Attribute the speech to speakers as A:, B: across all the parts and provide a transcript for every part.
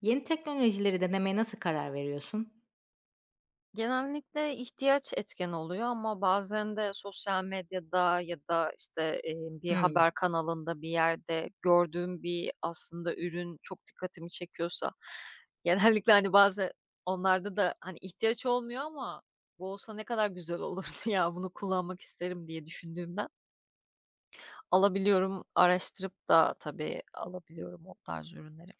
A: Yeni teknolojileri denemeye nasıl karar veriyorsun?
B: Genellikle ihtiyaç etken oluyor ama bazen de sosyal medyada ya da, işte, bir
A: Hımm.
B: haber kanalında, bir yerde gördüğüm bir aslında ürün çok dikkatimi çekiyorsa genellikle, hani, bazı onlarda da, hani, ihtiyaç olmuyor ama bu olsa ne kadar güzel olurdu ya, bunu kullanmak isterim diye düşündüğümden alabiliyorum. Araştırıp da tabii alabiliyorum o tarz ürünleri.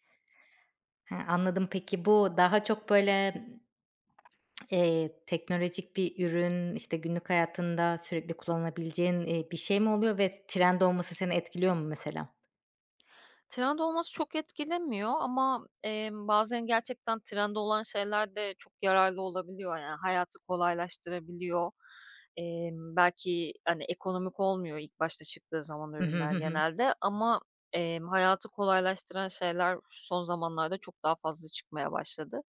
A: He, anladım. Peki, bu daha çok, böyle, teknolojik bir ürün, işte, günlük hayatında sürekli kullanılabileceğin bir şey mi oluyor ve trend olması seni etkiliyor mu mesela?
B: Trend olması çok etkilemiyor ama, bazen gerçekten trend olan şeyler de çok yararlı olabiliyor. Yani, hayatı kolaylaştırabiliyor. Belki, hani, ekonomik olmuyor ilk başta çıktığı zaman
A: Hı hı.
B: ürünler
A: Hı hı.
B: genelde ama, hayatı kolaylaştıran şeyler şu son zamanlarda çok daha fazla çıkmaya başladı.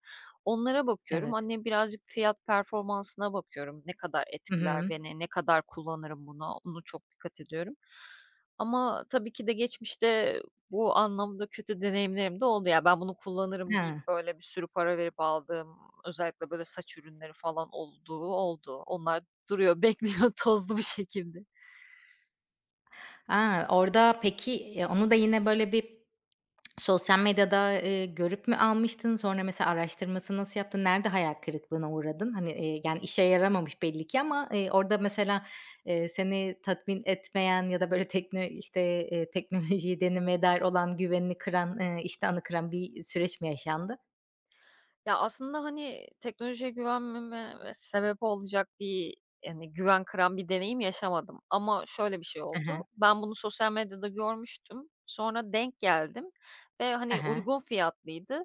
B: Onlara bakıyorum.
A: Evet.
B: Hani, birazcık fiyat performansına bakıyorum. Ne kadar
A: Hı
B: etkiler
A: hı.
B: beni, ne kadar kullanırım bunu, onu çok dikkat ediyorum. Ama tabii ki de geçmişte bu anlamda kötü deneyimlerim de oldu. Ya, ben bunu kullanırım deyip,
A: He.
B: böyle, bir sürü para verip aldığım, özellikle, böyle, saç ürünleri falan olduğu oldu. Onlar duruyor, bekliyor tozlu bir şekilde.
A: A, orada peki, onu da yine, böyle, sosyal medyada, görüp mü almıştın? Sonra mesela araştırması nasıl yaptın? Nerede hayal kırıklığına uğradın? Hani, yani, işe yaramamış belli ki ama, orada mesela, seni tatmin etmeyen ya da böyle işte, teknolojiyi denemeye dair olan güvenini kıran, iştahını kıran bir süreç mi yaşandı?
B: Ya, aslında, hani, teknolojiye güvenmeme sebep olacak bir, yani, güven kıran bir deneyim yaşamadım ama şöyle bir şey
A: Hı
B: oldu.
A: hı.
B: Ben bunu sosyal medyada görmüştüm. Sonra denk geldim ve,
A: Hı
B: hani,
A: hı.
B: uygun fiyatlıydı.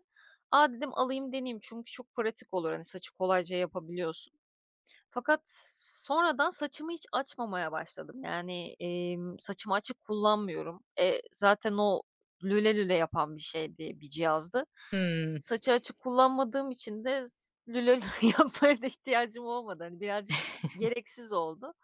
B: A, dedim alayım deneyeyim çünkü çok pratik olur. Hani, saçı kolayca yapabiliyorsun. Fakat sonradan saçımı hiç açmamaya başladım. Yani, saçımı açık kullanmıyorum. Zaten o lüle lüle yapan bir şeydi, bir cihazdı. Saçı açık kullanmadığım için de lüle lüle yapmaya da ihtiyacım olmadı. Hani, birazcık gereksiz oldu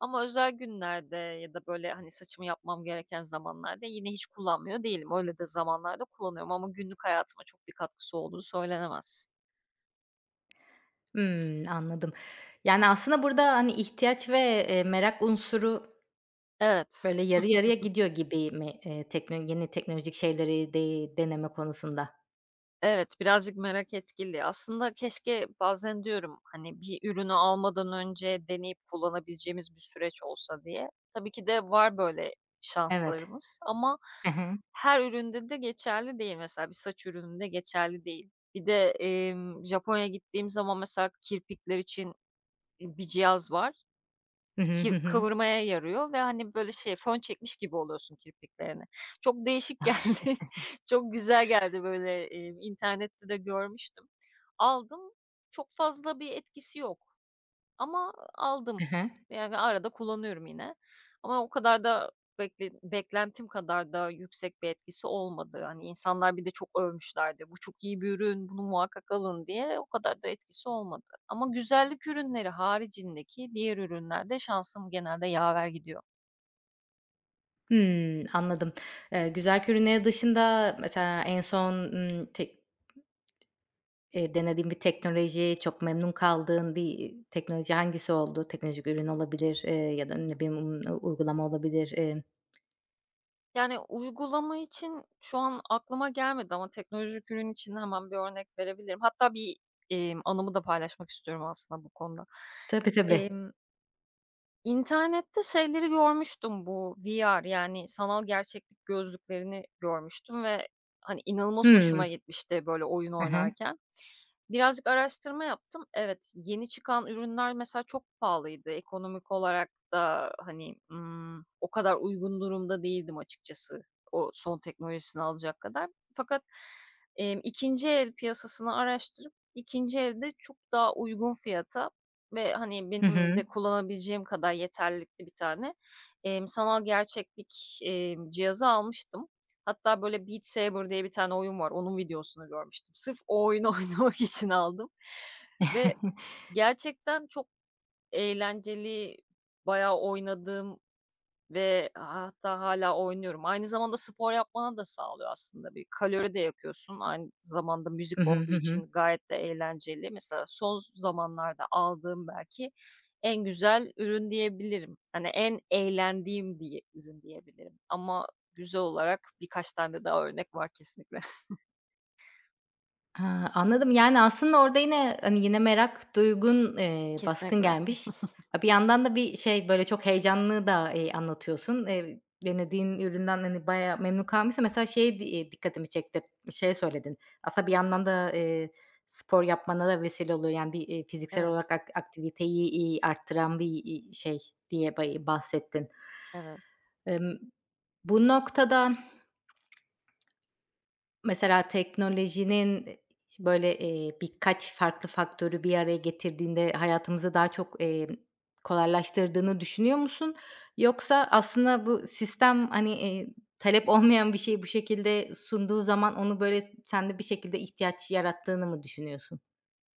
B: ama özel günlerde ya da, böyle, hani, saçımı yapmam gereken zamanlarda yine hiç kullanmıyor değilim. Öyle de zamanlarda kullanıyorum ama günlük hayatıma çok bir katkısı olduğu söylenemez.
A: Anladım. Yani, aslında burada, hani, ihtiyaç ve, merak unsuru
B: Evet.
A: böyle yarı yarıya gidiyor gibi mi, tekno yeni teknolojik şeyleri de deneme konusunda?
B: Evet, birazcık merak etkili. Aslında keşke bazen diyorum, hani, bir ürünü almadan önce deneyip kullanabileceğimiz bir süreç olsa diye. Tabii ki de var böyle
A: Evet.
B: şanslarımız ama
A: Hı hı.
B: her üründe de geçerli değil. Mesela bir saç ürününde geçerli değil. Bir de, Japonya'ya gittiğim zaman mesela kirpikler için bir cihaz var.
A: Hı hı,
B: Ki
A: hı hı.
B: kıvırmaya yarıyor ve, hani, böyle, şey, fön çekmiş gibi oluyorsun kirpiklerini. Çok değişik geldi. Çok güzel geldi, böyle, internette de görmüştüm. Aldım. Çok fazla bir etkisi yok. Ama aldım.
A: Hı hı.
B: Yani arada kullanıyorum yine ama o kadar da beklentim kadar da yüksek bir etkisi olmadı. Hani, insanlar bir de çok övmüşlerdi. "Bu çok iyi bir ürün, bunu muhakkak alın." diye. O kadar da etkisi olmadı ama güzellik ürünleri haricindeki diğer ürünlerde şansım genelde yaver gidiyor.
A: Hımm, anladım. Güzel ürünleri dışında mesela en son, tek denediğin bir teknoloji, çok memnun kaldığın bir, teknoloji hangisi oldu? Teknolojik ürün olabilir, ya da ne bileyim, u uygulama olabilir. Eee.
B: Yani, uygulama için şu an aklıma gelmedi ama teknolojik ürün için hemen bir örnek verebilirim. Hatta bir, anımı da paylaşmak istiyorum aslında bu konuda.
A: Tabii, tabii.
B: İnternette şeyleri görmüştüm bu VR yani sanal gerçeklik gözlüklerini görmüştüm ve, hani, inanılmaz hoşuma
A: Hımm.
B: gitmişti böyle oyun
A: Hı hı.
B: oynarken. Birazcık araştırma yaptım. Evet, yeni çıkan ürünler mesela çok pahalıydı. Ekonomik olarak da, hani, o kadar uygun durumda değildim açıkçası o son teknolojisini alacak kadar. Fakat, 2'nci el piyasasını araştırıp ikinci elde çok daha uygun fiyata ve, hani,
A: Hı
B: benim de
A: hı.
B: kullanabileceğim kadar yeterlilikte bir tane, sanal gerçeklik, cihazı almıştım. Hatta böyle Beat Saber diye bir tane oyun var. Onun videosunu görmüştüm. Sırf o oyunu oynamak için aldım ve gerçekten çok eğlenceli, bayağı oynadığım ve hatta hala oynuyorum. Aynı zamanda spor yapmana da sağlıyor aslında. Bir kalori de yakıyorsun. Aynı zamanda
A: Hı
B: müzik
A: hı.
B: olduğu
A: Hı hı, hı
B: için
A: hı.
B: gayet de eğlenceli. Mesela son zamanlarda aldığım belki en güzel ürün diyebilirim. Hani en eğlendiğim diye ürün diyebilirim ama güzel olarak birkaç tane daha örnek var kesinlikle.
A: Ha, anladım. Yani, aslında orada yine, hani, yine merak duygun, baskın
B: Kesinlikle.
A: gelmiş. A, bir yandan da bir şey, böyle, çok heyecanlı da, anlatıyorsun. Denediğin üründen, hani, bayağı memnun kalmışsın. Mesela şey di dikkatimi çekti, şey söyledin. Aslında bir yandan da, spor yapmana da vesile oluyor. Yani, bir, fiziksel
B: Evet,
A: olarak aktiviteyi, arttıran bir, şey diye bahsettin.
B: evet.
A: Emm, bu noktada mesela teknolojinin, böyle, birkaç farklı faktörü bir araya getirdiğinde hayatımızı daha çok, kolaylaştırdığını düşünüyor musun? Yoksa aslında bu sistem, hani, talep olmayan bir şeyi bu şekilde sunduğu zaman onu, böyle, sende bir şekilde ihtiyaç yarattığını mı düşünüyorsun?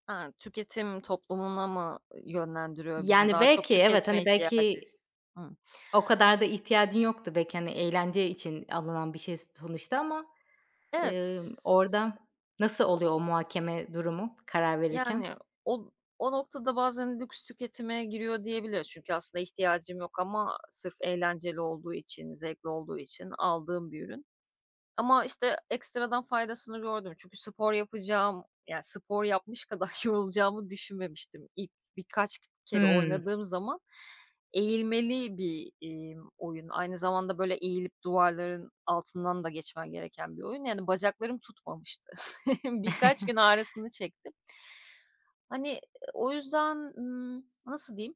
B: Ha, tüketim toplumuna mı yönlendiriyor bizi?
A: Yani,
B: Daha çok
A: belki evet,
B: tüketme
A: hani,
B: ihtiyacı
A: belki
B: his. Hıı.
A: o kadar da ihtiyacın yoktu. Belki, hani, eğlence için alınan bir şey sonuçta ama,
B: Evet.
A: orada nasıl oluyor o muhakeme durumu karar
B: Yani,
A: verirken?
B: o o noktada bazen lüks tüketime giriyor diyebiliriz. Çünkü aslında ihtiyacım yok ama sırf eğlenceli olduğu için, zevkli olduğu için aldığım bir ürün. Ama, işte, ekstradan faydasını gördüm. Çünkü spor yapacağım, yani, spor yapmış kadar yorulacağımı düşünmemiştim. İlk birkaç kere
A: Hımm.
B: oynadığım zaman eğilmeli bir, oyun. Aynı zamanda, böyle, eğilip duvarların altından da geçmen gereken bir oyun. Yani, bacaklarım tutmamıştı. Birkaç gün ağrısını çektim. Hani, o yüzden, nasıl diyeyim?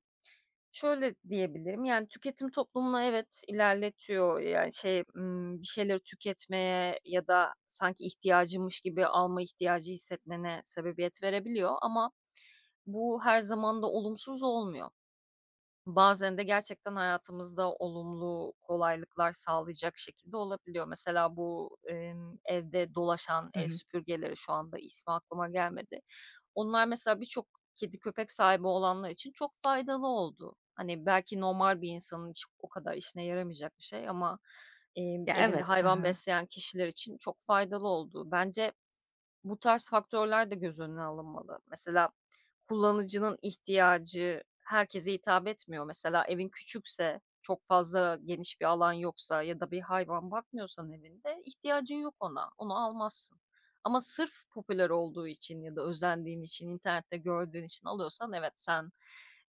B: Şöyle diyebilirim, yani, tüketim toplumunu evet ilerletiyor, yani, şey, bir şeyleri tüketmeye ya da sanki ihtiyacımış gibi alma ihtiyacı hissetmene sebebiyet verebiliyor ama bu her zaman da olumsuz olmuyor. Bazen de gerçekten hayatımızda olumlu kolaylıklar sağlayacak şekilde olabiliyor. Mesela bu, evde dolaşan
A: Hı
B: ev
A: hı.
B: süpürgeleri şu anda ismi aklıma gelmedi. Onlar mesela birçok kedi köpek sahibi olanlar için çok faydalı oldu. Hani, belki normal bir insanın hiç o kadar işine yaramayacak bir şey ama,
A: Ya,
B: evinde
A: evet. Hı
B: hayvan
A: hı.
B: besleyen kişiler için çok faydalı oldu. Bence bu tarz faktörler de göz önüne alınmalı. Mesela kullanıcının ihtiyacı herkese hitap etmiyor. Mesela evin küçükse, çok fazla geniş bir alan yoksa ya da bir hayvan bakmıyorsan evinde ihtiyacın yok ona, onu almazsın. Ama sırf popüler olduğu için ya da özendiğin için, internette gördüğün için alıyorsan evet sen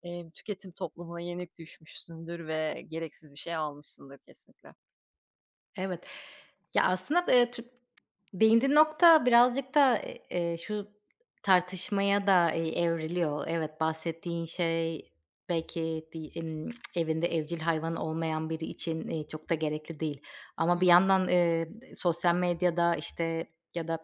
B: tüketim toplumuna yenik düşmüşsündür ve gereksiz bir şey almışsındır kesinlikle.
A: Evet. Ya, aslında, tü değindiğin nokta birazcık da, şu tartışmaya da, evriliyor. Evet, bahsettiğin şey belki bir, evinde evcil hayvan olmayan biri için, çok da gerekli değil.
B: Hı
A: Ama bir
B: hı.
A: yandan, sosyal medyada, işte, ya da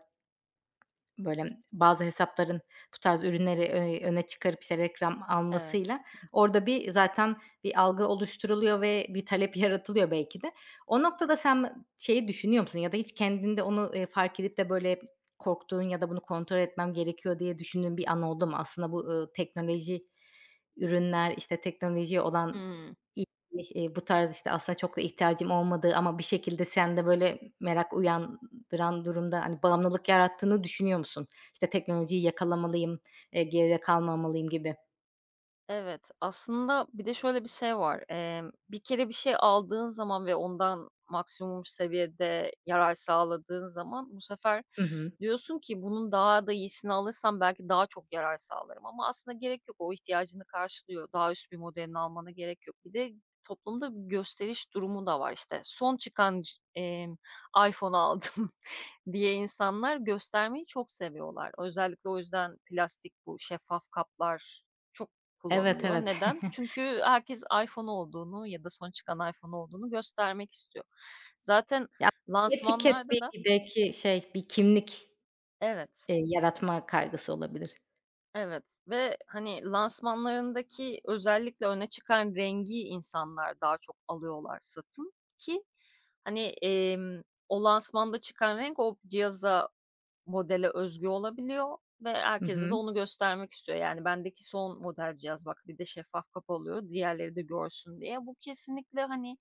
A: böyle, bazı hesapların bu tarz ürünleri, öne çıkarıp, işte, reklam
B: Evet.
A: almasıyla orada zaten bir algı oluşturuluyor ve bir talep yaratılıyor belki de. O noktada sen şeyi düşünüyor musun ya da hiç kendinde onu, fark edip de, böyle, korktuğun ya da bunu kontrol etmem gerekiyor diye düşündüğün bir an oldu mu? Aslında bu, teknoloji ürünler, işte, teknolojiye olan
B: Hmm.
A: ilgi, bu tarz, işte, aslında çok da ihtiyacım olmadığı ama bir şekilde sende, böyle, merak uyan durumda, hani, bağımlılık yarattığını düşünüyor musun? İşte, teknolojiyi yakalamalıyım, geride kalmamalıyım gibi.
B: Evet, aslında bir de şöyle bir şey var. Bir kere bir şey aldığın zaman ve ondan maksimum seviyede yarar sağladığın zaman bu sefer
A: Hı hı.
B: diyorsun ki bunun daha da iyisini alırsam belki daha çok yarar sağlarım ama aslında gerek yok. O ihtiyacını karşılıyor. Daha üst bir modelini almana gerek yok. Bir de toplumda bir gösteriş durumu da var işte. Son çıkan c emm, iPhone'u aldım diye insanlar göstermeyi çok seviyorlar. Özellikle o yüzden plastik bu şeffaf kaplar çok
A: Evet,
B: kullanılıyor.
A: evet.
B: Neden? Çünkü herkes iPhone olduğunu ya da son çıkan iPhone olduğunu göstermek istiyor. Zaten
A: Ya, etiket
B: lansmanlarda
A: bir
B: da
A: belki şey, bir kimlik,
B: evet.
A: yaratma kaygısı olabilir.
B: Evet ve, hani, lansmanlarındaki özellikle öne çıkan rengi insanlar daha çok alıyorlar satın ki, hani, o lansmanda çıkan renk o cihaza modele özgü olabiliyor ve
A: Hı
B: herkese de
A: hı.
B: onu göstermek istiyor. Yani, "Bendeki son model cihaz, bak bir de şeffaf kapı oluyor, diğerleri de görsün." diye. Bu kesinlikle, hani,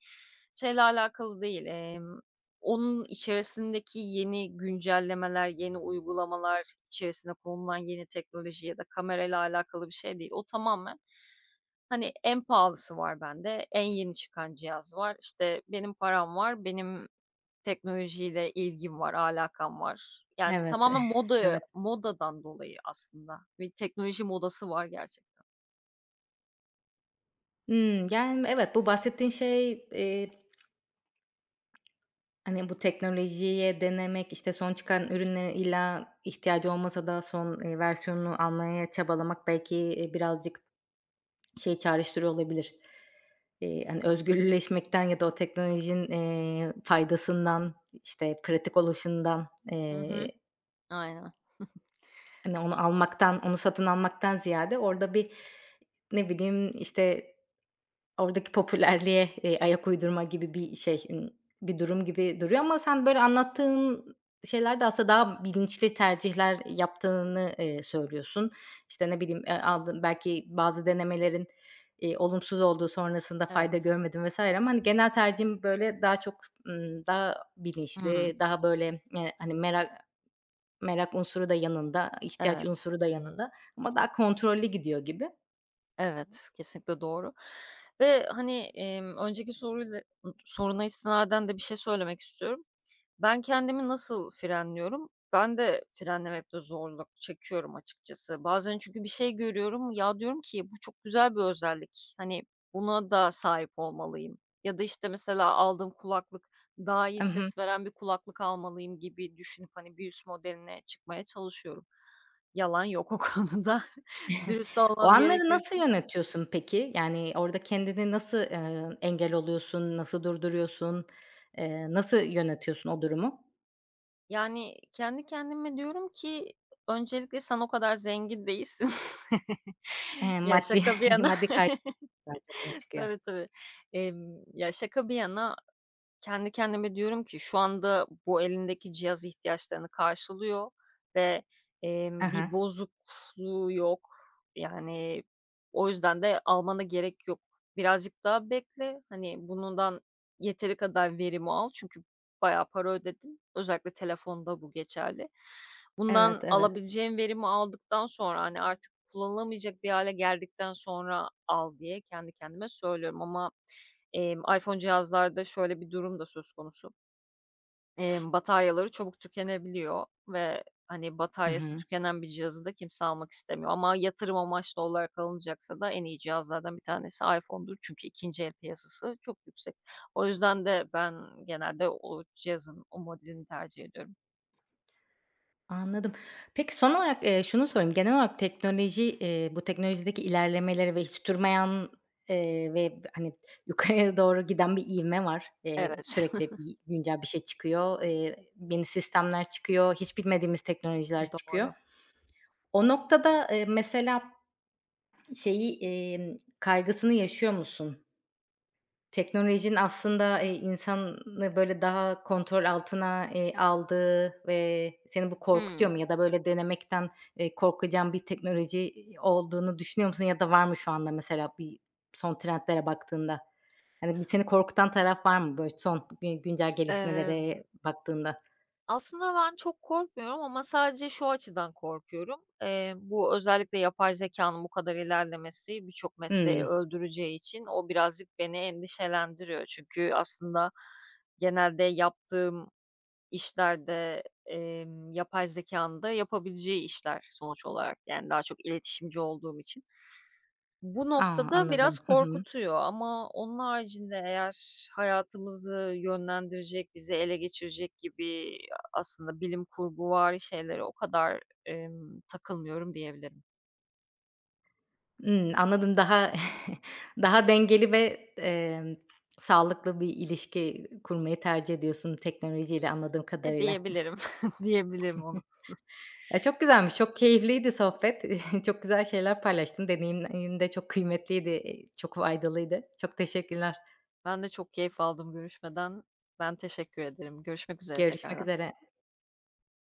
B: şeyle alakalı değil, onun içerisindeki yeni güncellemeler, yeni uygulamalar, içerisine konulan yeni teknoloji ya da kamerayla alakalı bir şey değil. O tamamen, hani, en pahalısı var bende, en yeni çıkan cihaz var, işte, benim param var, benim teknolojiyle ilgim var, alakam var. Yani
A: Evet.
B: tamamen moda
A: Evet.
B: modadan dolayı aslında bir teknoloji modası var gerçekten.
A: Hımm, yani, evet, bu bahsettiğin şey, hani, bu teknolojiye denemek, işte, son çıkan ürüne illa ihtiyacı olmasa da son, versiyonunu almaya çabalamak belki, birazcık şey çağrıştırıyor olabilir. Hani, özgürleşmekten ya da o teknolojinin, faydasından, işte, pratik oluşundan,
B: Hı hı. Aynen.
A: hani, onu almaktan, onu satın almaktan ziyade orada bir, ne bileyim, işte, oradaki popülerliğe, ayak uydurma gibi bir şey, bir durum gibi duruyor ama sen böyle anlattığın şeylerde aslında daha bilinçli tercihler yaptığını, söylüyorsun. İşte, ne bileyim, aldığın belki bazı denemelerin, olumsuz olduğu, sonrasında fayda
B: Evet.
A: görmedim vesaire. Ama, hani, genel tercihim böyle daha çok, daha
B: Hımm.
A: bilinçli, daha böyle, hani, merak unsuru da yanında, ihtiyaç
B: Evet.
A: unsuru da yanında ama daha kontrollü gidiyor gibi.
B: Evet, kesinlikle doğru ve, hani, önceki soruyla soruna istinaden de bir şey söylemek istiyorum. Ben kendimi nasıl frenliyorum? Ben de frenlemekte zorluk çekiyorum açıkçası. Bazen çünkü bir şey görüyorum. Ya diyorum ki bu çok güzel bir özellik. Hani buna da sahip olmalıyım. Ya da işte mesela aldığım kulaklık daha iyi ses veren bir kulaklık almalıyım gibi düşünüp hani bir üst modeline çıkmaya çalışıyorum. Yalan yok o konuda. Dürüst
A: O
B: olmam
A: anları nasıl
B: gerekirse.
A: yönetiyorsun peki? Yani, orada kendini nasıl, engel oluyorsun, nasıl durduruyorsun, nasıl yönetiyorsun o durumu?
B: Yani, kendi kendime diyorum ki öncelikle sen o kadar zengin değilsin. Ya,
A: Maddi
B: şaka bir yana.
A: maddi kaygı daha çok öne çıkıyor.
B: Tabii, tabii. Ya, şaka bir yana kendi kendime diyorum ki şu anda bu elindeki cihaz ihtiyaçlarını karşılıyor ve,
A: Aha.
B: bir bozukluğu yok. Yani, o yüzden de almana gerek yok. Birazcık daha bekle. Hani, bundan yeteri kadar verimi al çünkü bayağı para ödedin. Özellikle telefonda bu geçerli. Bundan
A: Evet, evet.
B: alabileceğin verimi aldıktan sonra, hani, artık kullanılamayacak bir hale geldikten sonra al diye kendi kendime söylüyorum ama iPhone cihazlarda şöyle bir durum da söz konusu. Bataryaları çabuk tükenebiliyor ve, hani,
A: Hı
B: bataryası
A: hı.
B: tükenen bir cihazı da kimse almak istemiyor ama yatırım amaçlı olarak alınacaksa da en iyi cihazlardan bir tanesi iPhone'dur. Çünkü ikinci el piyasası çok yüksek. O yüzden de ben genelde o cihazın, o modelini tercih ediyorum.
A: Anladım. Peki, son olarak, şunu sorayım. Genel olarak teknoloji, bu teknolojideki ilerlemeleri ve hiç durmayan, ve, hani, yukarıya doğru giden bir ivme var.
B: Evet,
A: Sürekli bir güncel bir şey çıkıyor. Yeni sistemler çıkıyor. Hiç bilmediğimiz teknolojiler çıkıyor.
B: doğru.
A: O noktada, mesela şeyi, kaygısını yaşıyor musun? Teknolojinin aslında, insanı böyle daha kontrol altına, aldığı ve seni bu
B: Hımm.
A: korkutuyor mu ya da böyle denemekten, korkacağın bir teknoloji, olduğunu düşünüyor musun ya da var mı şu anda mesela bir son trendlere baktığında? Hani, bir seni korkutan taraf var mı böyle son, güncel
B: Emm
A: gelişmelere baktığında?
B: Aslında ben çok korkmuyorum ama sadece şu açıdan korkuyorum. Bu özellikle yapay zekanın bu kadar ilerlemesi birçok mesleği
A: Hımm.
B: öldüreceği için o birazcık beni endişelendiriyor. Çünkü aslında genelde yaptığım işlerde, yapay zekânın da yapabileceği işler sonuç olarak. Yani daha çok iletişimci olduğum için. Bu
A: A,
B: noktada biraz
A: anladım. Hı hı.
B: korkutuyor ama onun haricinde eğer hayatımızı yönlendirecek, bizi ele geçirecek gibi aslında bilim kurguvari şeylere o kadar, takılmıyorum diyebilirim.
A: Imm, anladım. Daha daha dengeli ve, sağlıklı bir ilişki kurmayı tercih ediyorsun teknolojiyle anladığım
B: E,
A: kadarıyla.
B: diyebilirim, diyebilirim onu.
A: Ya, çok güzelmiş, çok keyifliydi sohbet. Çok güzel şeyler paylaştın. Deneyimin de çok kıymetliydi, çok faydalıydı. Çok teşekkürler.
B: Ben de çok keyif aldım görüşmeden. Ben teşekkür ederim. Görüşmek üzere
A: Görüşmek
B: tekrardan.
A: üzere.